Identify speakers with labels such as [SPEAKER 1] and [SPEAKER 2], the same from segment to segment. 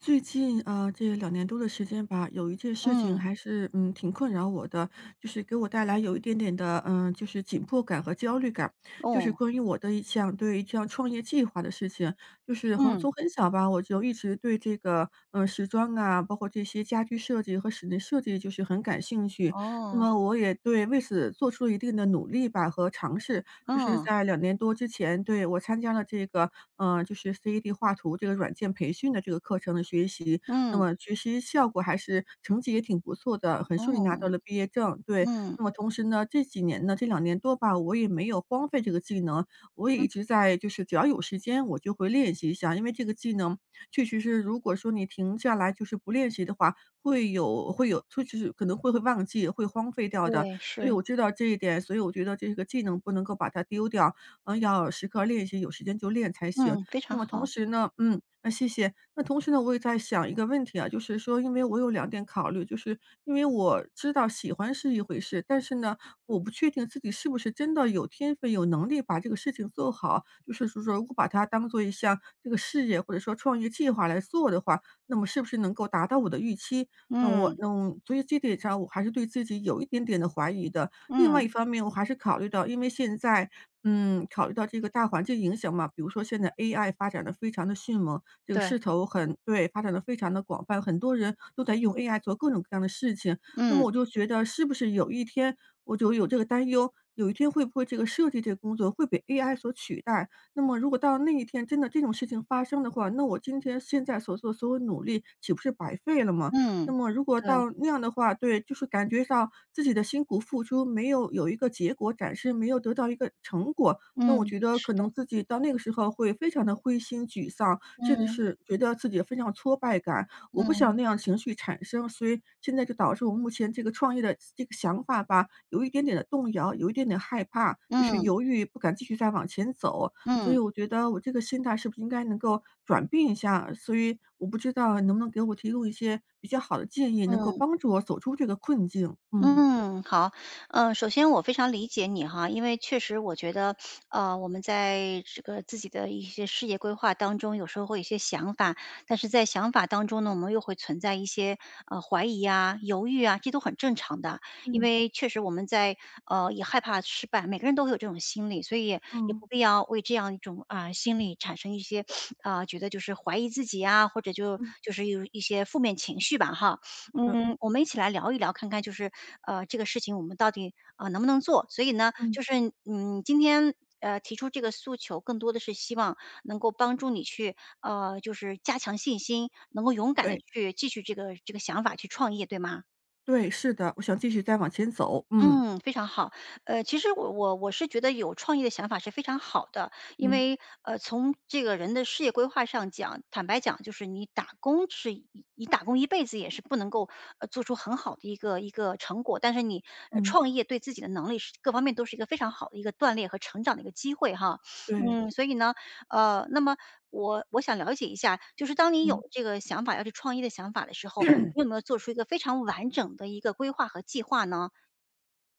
[SPEAKER 1] 最近啊，这两年多的时间吧，有一件事情
[SPEAKER 2] 嗯，
[SPEAKER 1] 还是，嗯，挺困扰我的，就是给我带来有一点点的，嗯，就是紧迫感和焦虑感。就是
[SPEAKER 2] 哦，
[SPEAKER 1] 关于我的一项创业计划的事情，就是很
[SPEAKER 2] 嗯，
[SPEAKER 1] 从很小吧，我就一直对这个，嗯，时装啊，包括这些家居设计和室内设计就是很感兴趣。那
[SPEAKER 2] 哦，
[SPEAKER 1] 么我也对为此做出了一定的努力吧和尝试，就是
[SPEAKER 2] 嗯，
[SPEAKER 1] 在两年多之前，对，我参加了这个，就是 CAD 画图这个软件培训的这个课程的学习，那
[SPEAKER 2] 嗯，
[SPEAKER 1] 么学习效果还是成绩也挺不错的，很顺利拿
[SPEAKER 2] 哦，
[SPEAKER 1] 到了毕业证，对。
[SPEAKER 2] 嗯，
[SPEAKER 1] 那么同时呢，这几年呢，这两年多吧，我也没有荒废这个技能，我也
[SPEAKER 2] 嗯，
[SPEAKER 1] 一直在就是只要有时间我就会练习一下，因为这个技能确实是如果说你停下来就是不练习的话，会有就是可能会忘记，会荒废掉的。
[SPEAKER 2] 对，
[SPEAKER 1] 所以
[SPEAKER 2] 是，
[SPEAKER 1] 我知道这一点，所以我觉得这个技能不能够把它丢掉，嗯，要时刻练习，有时间就练才行。
[SPEAKER 2] 嗯，非常
[SPEAKER 1] 那么同
[SPEAKER 2] 好，
[SPEAKER 1] 时呢嗯，那谢谢。那同时呢，我也在想一个问题啊，就是说因为我有两点考虑，就是因为我知道喜欢是一回事，但是呢，我不确定自己是不是真的有天分、有能力把这个事情做好。就是说如果把它当做一项这个事业或者说创业计划来做的话，那么是不是能够达到我的预期？那我
[SPEAKER 2] 嗯，
[SPEAKER 1] 嗯，所以这点上我还是对自己有一点点的怀疑的。另外一
[SPEAKER 2] 嗯，
[SPEAKER 1] 方面，我还是考虑到，因为现在，嗯，考虑到这个大环境影响嘛，比如说现在 AI 发展的非常的迅猛，这个
[SPEAKER 2] 对，
[SPEAKER 1] 势头很对，发展的非常的广泛，很多人都在用 AI 做各种各样的事情。那么
[SPEAKER 2] 嗯，
[SPEAKER 1] 我就觉得是不是有一天我就有这个担忧，有一天会不会这个设计这个工作会被 AI 所取代？那么如果到那一天真的这种事情发生的话，那我今天现在所做所有努力岂不是白费了吗？那
[SPEAKER 2] 嗯，
[SPEAKER 1] 么如果
[SPEAKER 2] 对，
[SPEAKER 1] 到那样的话，对，就是感觉上自己的辛苦付出没有有一个结果展示，没有得到一个成果，那我
[SPEAKER 2] 嗯，
[SPEAKER 1] 觉得
[SPEAKER 2] 是
[SPEAKER 1] 可
[SPEAKER 2] 的，
[SPEAKER 1] 能自己到那个时候会非常的灰心沮丧，甚至
[SPEAKER 2] 嗯，
[SPEAKER 1] 是觉得自己非常挫败感。我不
[SPEAKER 2] 嗯，
[SPEAKER 1] 想那样情绪产生，所以现在就导致我目前这个创业的这个想法吧，有一点点的动摇，有一点点害怕，就是
[SPEAKER 2] 嗯，
[SPEAKER 1] 犹豫，不敢继续再往前走。所
[SPEAKER 2] 嗯，
[SPEAKER 1] 以我觉得我这个心态是不是应该能够转变一下？所以我不知道能不能给我提供一些比较好的建议，能够
[SPEAKER 2] 嗯。
[SPEAKER 1] 帮助我走出这个困境。嗯。
[SPEAKER 2] 嗯，好，嗯，首先我非常理解你哈，因为确实我觉得，我们在这个自己的一些事业规划当中，有时候会有一些想法，但是在想法当中呢，我们又会存在一些怀疑啊、犹豫啊，这都很正常的，因
[SPEAKER 1] 嗯，
[SPEAKER 2] 为确实我们在也害怕失败，每个人都会有这种心理，所以也不
[SPEAKER 1] 嗯，
[SPEAKER 2] 必要为这样一种啊、心理产生一些啊、觉得就是怀疑自己啊，或者就
[SPEAKER 1] 嗯。
[SPEAKER 2] 就是有一些负面情绪吧哈，
[SPEAKER 1] 好的，
[SPEAKER 2] 嗯，我们一起来聊一聊，看看就是这个事情我们到底能不能做。所以呢，
[SPEAKER 1] 嗯，
[SPEAKER 2] 就是嗯今天提出这个诉求，更多的是希望能够帮助你去就是加强信心，能够勇敢的
[SPEAKER 1] 对，
[SPEAKER 2] 去继续这个想法去创业，对吗？
[SPEAKER 1] 对，是的，我想继续再往前走，嗯。
[SPEAKER 2] 嗯，非常好。其实我是觉得有创意的想法是非常好的，因
[SPEAKER 1] 嗯，
[SPEAKER 2] 为从这个人的事业规划上讲，坦白讲，就是你打工是一你打工一辈子也是不能够做出很好的一个成果，但是你
[SPEAKER 1] 嗯，
[SPEAKER 2] 创业对自己的能力是各方面都是一个非常好的一个锻炼和成长的一个机会哈。
[SPEAKER 1] 对。
[SPEAKER 2] 嗯，所以呢，那么我想了解一下，就是当你
[SPEAKER 1] 嗯。
[SPEAKER 2] 有这个想法要去创业的想法的时候，你有没有做出一个非常完整的一个规划和计划呢？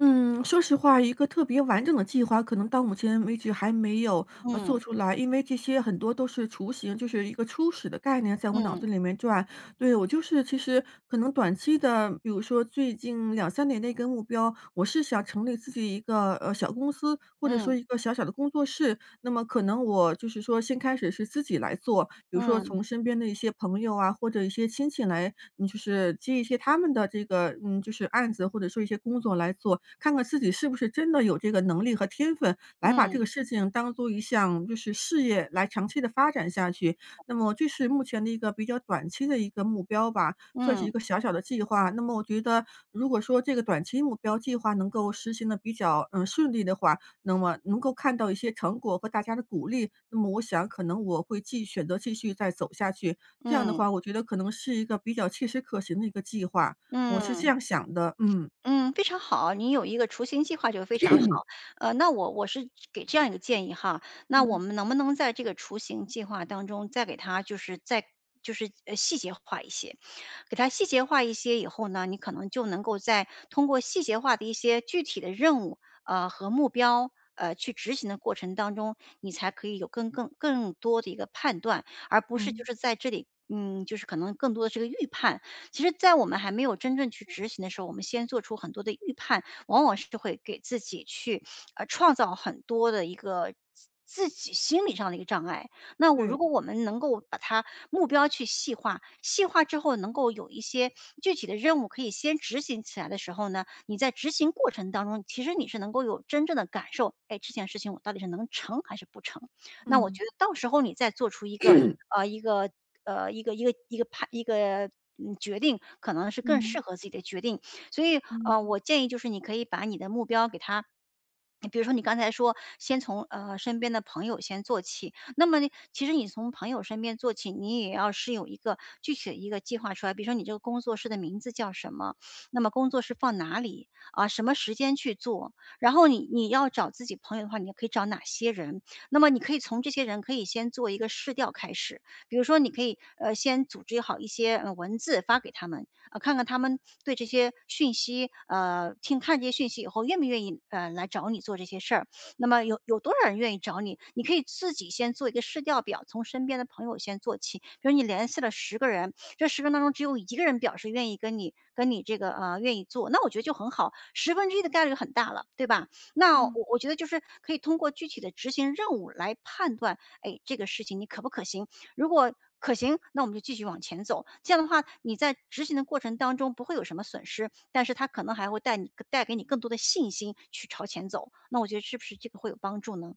[SPEAKER 1] 嗯，说实话，一个特别完整的计划，可能到目前为止还没有做
[SPEAKER 2] 嗯。
[SPEAKER 1] 出来，因为这些很多都是雏形，就是一个初始的概念，在我脑
[SPEAKER 2] 嗯
[SPEAKER 1] 子里面转。对我就是其实可能短期的，比如说最近两三年的一个目标，我是想成立自己一个小公司，或者说
[SPEAKER 2] 嗯
[SPEAKER 1] 一个小小的工作室，那么可能我就是说先开始是自己来做，比如说
[SPEAKER 2] 嗯
[SPEAKER 1] 从身边的一些朋友啊，或者一些亲戚来，嗯，就是接一些他们的这个，嗯，就是案子或者说一些工作来做，看看自己是不是真的有这个能力和天分，来把这个
[SPEAKER 2] 嗯
[SPEAKER 1] 事情当做一项就是事业来长期的发展下去。那么这是目前的一个比较短期的一个目标吧，算是一
[SPEAKER 2] 嗯
[SPEAKER 1] 个小小的计划。那么我觉得，如果说这个短期目标计划能够实行的比较嗯顺利的话，那么能够看到一些成果和大家的鼓励，那么我想可能我会选择继续再走下去。这样的
[SPEAKER 2] 嗯
[SPEAKER 1] 话，我觉得可能是一个比较切实可行的一个计划，我是这
[SPEAKER 2] 嗯
[SPEAKER 1] 样想的。嗯。
[SPEAKER 2] 嗯，非常好，你有一个雏形计划就非常好。那我是给这样一个建议哈，那我
[SPEAKER 1] 嗯
[SPEAKER 2] 们能不能在这个雏形计划当中再给它就是再就是细节化一些？给它细节化一些以后呢，你可能就能够在通过细节化的一些具体的任务，和目标，去执行的过程当中，你才可以有更多的一个判断，而不是就
[SPEAKER 1] 嗯
[SPEAKER 2] 是在这里。嗯，就是可能更多的这个预判。其实，在我们还没有真正去执行的时候，我们先做出很多的预判，往往是会给自己去创造很多的一个自己心理上的一个障碍。那我如
[SPEAKER 1] 对。
[SPEAKER 2] 果我们能够把它目标去细化，细化之后能够有一些具体的任务可以先执行起来的时候呢，你在执行过程当中，其实你是能够有真正的感受，哎，这件事情我到底是能成还是不成？那我
[SPEAKER 1] 嗯
[SPEAKER 2] 觉得到时候你再做出一个呃一个呃一个一个一个判一个。嗯，决定可能是更适
[SPEAKER 1] 嗯
[SPEAKER 2] 合自己的决定，所以
[SPEAKER 1] 嗯
[SPEAKER 2] 我建议就是你可以把你的目标给它比如说你刚才说，先从身边的朋友先做起，那么呢，其实你从朋友身边做起，你也要是有一个具体的一个计划出来。比如说你这个工作室的名字叫什么，那么工作室放哪里啊，什么时间去做，然后你要找自己朋友的话，你可以找哪些人？那么你可以从这些人可以先做一个试调开始，比如说你可以先组织好一些文字发给他们，看看他们对这些讯息，听看这些讯息以后，愿不愿意来找你做这些事儿。那么有多少人愿意找你？你可以自己先做一个试调表，从身边的朋友先做起。比如你联系了十个人，这十个人当中只有一个人表示愿意跟你这个愿意做，那我觉得就很好，十分之一的概率很大了，对吧？那我
[SPEAKER 1] 嗯。
[SPEAKER 2] 我觉得就是可以通过具体的执行任务来判断，哎，这个事情你可不可行。如果可行，那我们就继续往前走。这样的话，你在执行的过程当中不会有什么损失，但是它可能还会带给你更多的信心去朝前走。那我觉得是不是这个会有帮助呢？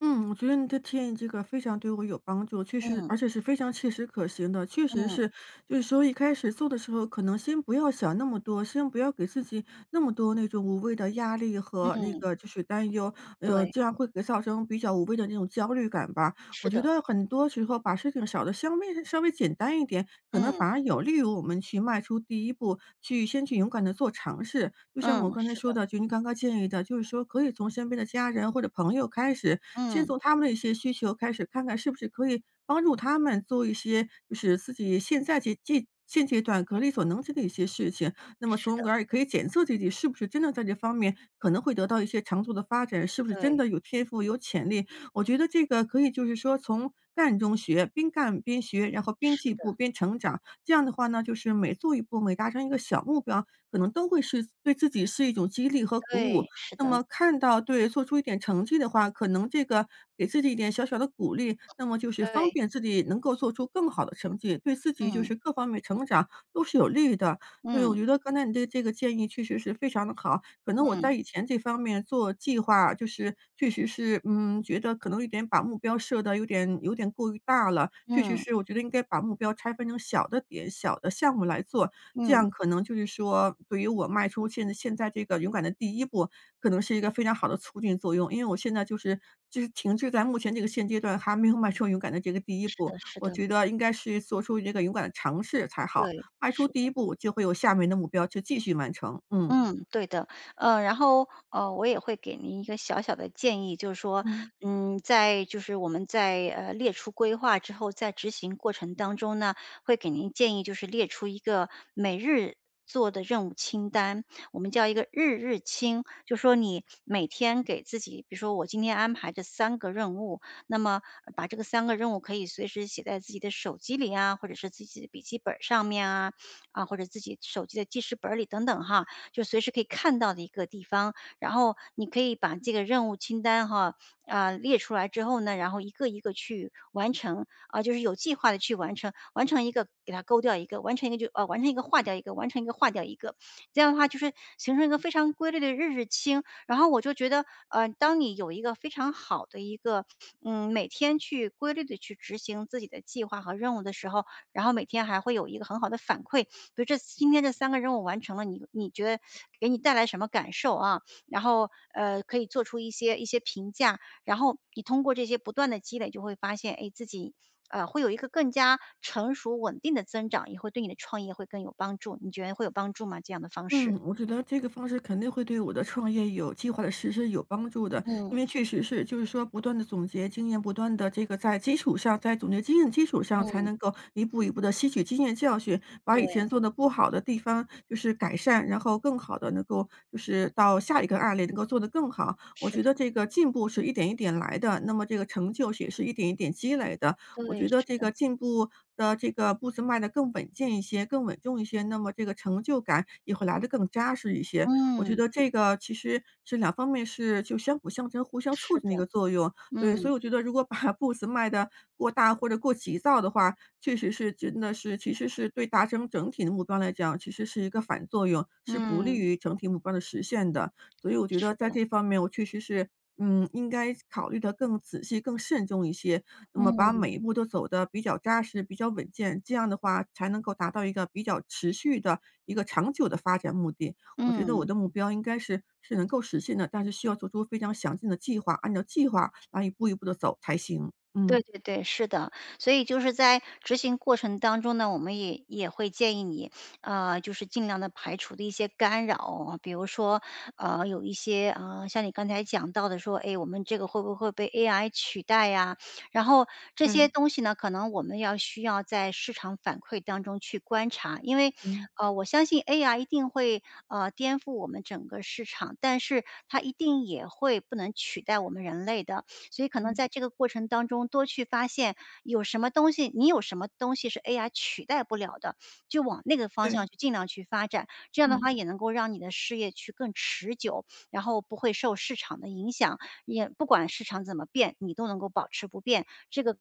[SPEAKER 1] 嗯，我觉得你的建议这个非常对我有帮助，确实，而
[SPEAKER 2] 嗯
[SPEAKER 1] 且是非常切实可行的。确实
[SPEAKER 2] 嗯
[SPEAKER 1] 是，就是说一开始做的时候，可能先不要想那么多，先不要给自己那么多那种无谓的压力和那
[SPEAKER 2] 嗯，
[SPEAKER 1] 个就是担忧，
[SPEAKER 2] 对，
[SPEAKER 1] 这样会给造成比较无谓的那种焦虑感吧。
[SPEAKER 2] 是
[SPEAKER 1] 我觉
[SPEAKER 2] 的，
[SPEAKER 1] 得很多时候把事情想的稍微简单一点，可能
[SPEAKER 2] 嗯
[SPEAKER 1] 反而有利于我们去迈出第一步，去先去勇敢的做尝试。就像
[SPEAKER 2] 嗯，
[SPEAKER 1] 我刚才
[SPEAKER 2] 是
[SPEAKER 1] 说
[SPEAKER 2] 的，
[SPEAKER 1] 的，就您刚刚建议的，就是说可以从身边的家人或者朋友开始，先
[SPEAKER 2] 嗯
[SPEAKER 1] 从他们的一些需求开始，看看是不是可以帮助他们做一些，就是自己现在现阶段可力所能及的一些事情。那么
[SPEAKER 2] 是
[SPEAKER 1] 从
[SPEAKER 2] 的，
[SPEAKER 1] 而也可以检测自己是不是真的在这方面可能会得到一些长足的发展，是不是真
[SPEAKER 2] 对，
[SPEAKER 1] 的有天赋、有潜力，我觉得这个可以就是说从干中学，边干边学，然后边
[SPEAKER 2] 是
[SPEAKER 1] 进
[SPEAKER 2] 的，
[SPEAKER 1] 步边成长。这样的话呢，就是每做一步，每达成一个小目标，可能都会是对自己是一种激励和鼓舞。
[SPEAKER 2] 对，是
[SPEAKER 1] 那
[SPEAKER 2] 的，
[SPEAKER 1] 么看到对，做出一点成绩的话，可能这个给自己一点小小的鼓励，那么就是方
[SPEAKER 2] 对，
[SPEAKER 1] 便自己能够做出更好的成绩，对自己就
[SPEAKER 2] 嗯
[SPEAKER 1] 是各方面成长都是有利的。对，我
[SPEAKER 2] 嗯
[SPEAKER 1] 觉得刚才你的这个建议确实是非常的好。可能我在
[SPEAKER 2] 嗯
[SPEAKER 1] 以前这方面做计划，就是确实是，嗯，觉得可能把目标设的有点过于大了。确实
[SPEAKER 2] 嗯
[SPEAKER 1] 是，我觉得应该把目标拆分成小的点、小的项目来做，这
[SPEAKER 2] 嗯，
[SPEAKER 1] 样可能就是说，对于我迈出现在这个勇敢的第一步，可能是一个非常好的促进作用。因为我现在就是停滞在目前这个现阶段，还没有迈出勇敢的这个第一
[SPEAKER 2] 是
[SPEAKER 1] 步。
[SPEAKER 2] 的，是
[SPEAKER 1] 我
[SPEAKER 2] 的，
[SPEAKER 1] 觉得应该是做出这个勇敢的尝试才好。
[SPEAKER 2] 对，
[SPEAKER 1] 迈出
[SPEAKER 2] 是。
[SPEAKER 1] 第一步，就会有下面的目标去继续完成。嗯。
[SPEAKER 2] 嗯，对的，然后我也会给您一个小小的建议，就是说，
[SPEAKER 1] 嗯。
[SPEAKER 2] 嗯，在就是我们在列出规划之后，在执行过程当中呢，会给您建议就是列出一个每日做的任务清单，我们叫一个日日清，就说你每天给自己，比如说我今天安排这三个任务，那么把这个三个任务可以随时写在自己的手机里啊，或者是自己的笔记本上面啊，啊，或者自己手机的记事本里等等哈。就随时可以看到的一个地方。然后你可以把这个任务清单哈啊、列出来之后呢，然后一个一个去完成啊、就是有计划的去完成，完成一个给它勾掉一个，完成一个就呃完成一个划掉一个，完成一个划掉一个，这样的话就是形成一个非常规律的日日清。然后我就觉得，当你有一个非常好的一个，嗯，每天去规律的去执行自己的计划和任务的时候，然后每天还会有一个很好的反馈，比如这今天这三个任务完成了，你觉得给你带来什么感受啊？然后，可以做出一些评价，然后你通过这些不断的积累，就会发现，哎，自己，会有一个更加成熟稳定的增长，也会对你的创业会更有帮助。你觉得会有帮助吗？这样的方式？
[SPEAKER 1] 嗯，我觉得这个方式肯定会对我的创业有计划的实施有帮助的。因
[SPEAKER 2] 嗯，
[SPEAKER 1] 为确实是，就是说不断的总结经验，不断的这个在基础上在总结经验的基础上，才
[SPEAKER 2] 嗯，
[SPEAKER 1] 能够一步一步的吸取经验教训，把以
[SPEAKER 2] 对，
[SPEAKER 1] 前做的不好的地方就是改善，然后更好的能够就是到下一个案例能够做得更好。我
[SPEAKER 2] 是
[SPEAKER 1] 觉
[SPEAKER 2] 的，
[SPEAKER 1] 得这个进步是一点一点来的，那么这个成就是也是一点一点积累的。我
[SPEAKER 2] 对，
[SPEAKER 1] 觉得
[SPEAKER 2] 是
[SPEAKER 1] 这
[SPEAKER 2] 的，
[SPEAKER 1] 个进步的这个步子迈得更稳健一些、更稳重一些，那么这个成就感也会来得更扎实一些。我觉
[SPEAKER 2] 嗯，
[SPEAKER 1] 得这个其实是两方面是就相辅相成、互相
[SPEAKER 2] 是
[SPEAKER 1] 促进的一
[SPEAKER 2] 的，
[SPEAKER 1] 个作用。对，
[SPEAKER 2] 嗯，
[SPEAKER 1] 所以我觉得如果把步子迈得过大或者过急躁的话，确实是真的是其实是对达成整体的目标来讲，其实是一个反作用，是不利
[SPEAKER 2] 嗯，
[SPEAKER 1] 于整体目标的实现的。所以我觉
[SPEAKER 2] 是
[SPEAKER 1] 得在
[SPEAKER 2] 的，
[SPEAKER 1] 这方面，我确实是，嗯，应该考虑的更仔细、更慎重一些，那么把
[SPEAKER 2] 嗯，
[SPEAKER 1] 每一步都走得比较扎实、比较稳健，这样的话才能够达到一个比较持续的一个长久的发展目的。我觉得我
[SPEAKER 2] 嗯。
[SPEAKER 1] 的目标应该是能够实现的，但是需要做出非常详尽的计划，按照计划来一步一步的走才行。
[SPEAKER 2] 对
[SPEAKER 1] 嗯，
[SPEAKER 2] 对对，是的。所以就是在执行过程当中呢，我们也会建议你，就是尽量的排除的一些干扰。比如说，有一些啊，像你刚才讲到的说，哎，我们这个会不会被 AI 取代呀？然后这些
[SPEAKER 1] 对。
[SPEAKER 2] 东西呢，可能我们需要在市场反馈当中去观察。因为，
[SPEAKER 1] 嗯
[SPEAKER 2] 我相信 AI 一定会，颠覆我们整个市场，但是它一定也会不能取代我们人类的。所以可能
[SPEAKER 1] 嗯，
[SPEAKER 2] 在这个过程当中，多去发现有什么东西，你有什么东西是 AI 取代不了的，就往那个方
[SPEAKER 1] 对，
[SPEAKER 2] 向去尽量去发展。这样的
[SPEAKER 1] 嗯。
[SPEAKER 2] 话，也能够让你的事业去更持久，然后不会受市场的影响，也不管市场怎么变，你都能够保持不变。这个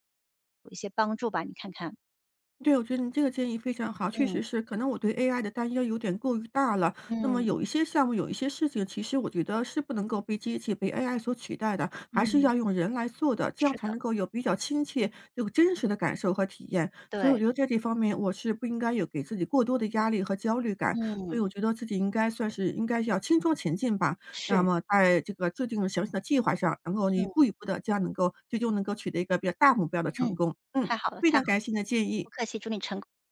[SPEAKER 2] 有一些帮助吧，你看看。
[SPEAKER 1] 对，我觉得你这个建议非常好，确实
[SPEAKER 2] 嗯
[SPEAKER 1] 是，可能我对 AI 的担忧有点过于大了。那么
[SPEAKER 2] 嗯
[SPEAKER 1] 有一些项目，有一些事情，其实我觉得是不能够被机器、被 AI 所取代的，还是
[SPEAKER 2] 嗯，
[SPEAKER 1] 要用人来做的，这样
[SPEAKER 2] 是
[SPEAKER 1] 才
[SPEAKER 2] 的，
[SPEAKER 1] 能够有比较亲切、有真实的感受和体验。所以我
[SPEAKER 2] 对，
[SPEAKER 1] 觉得在这方面，我是不应该有给自己过多的压力和焦虑感，所以我
[SPEAKER 2] 嗯，
[SPEAKER 1] 觉得自己应该算是应该要轻装前进吧。那
[SPEAKER 2] 是，
[SPEAKER 1] 么在这个制定详细的计划上，能够一步
[SPEAKER 2] 嗯
[SPEAKER 1] 一步的，这样能够最终能够取得一个比较大目标的成
[SPEAKER 2] 嗯，
[SPEAKER 1] 功。嗯，
[SPEAKER 2] 太好了，
[SPEAKER 1] 非
[SPEAKER 2] 太
[SPEAKER 1] 常
[SPEAKER 2] 好。
[SPEAKER 1] 感谢你的建议。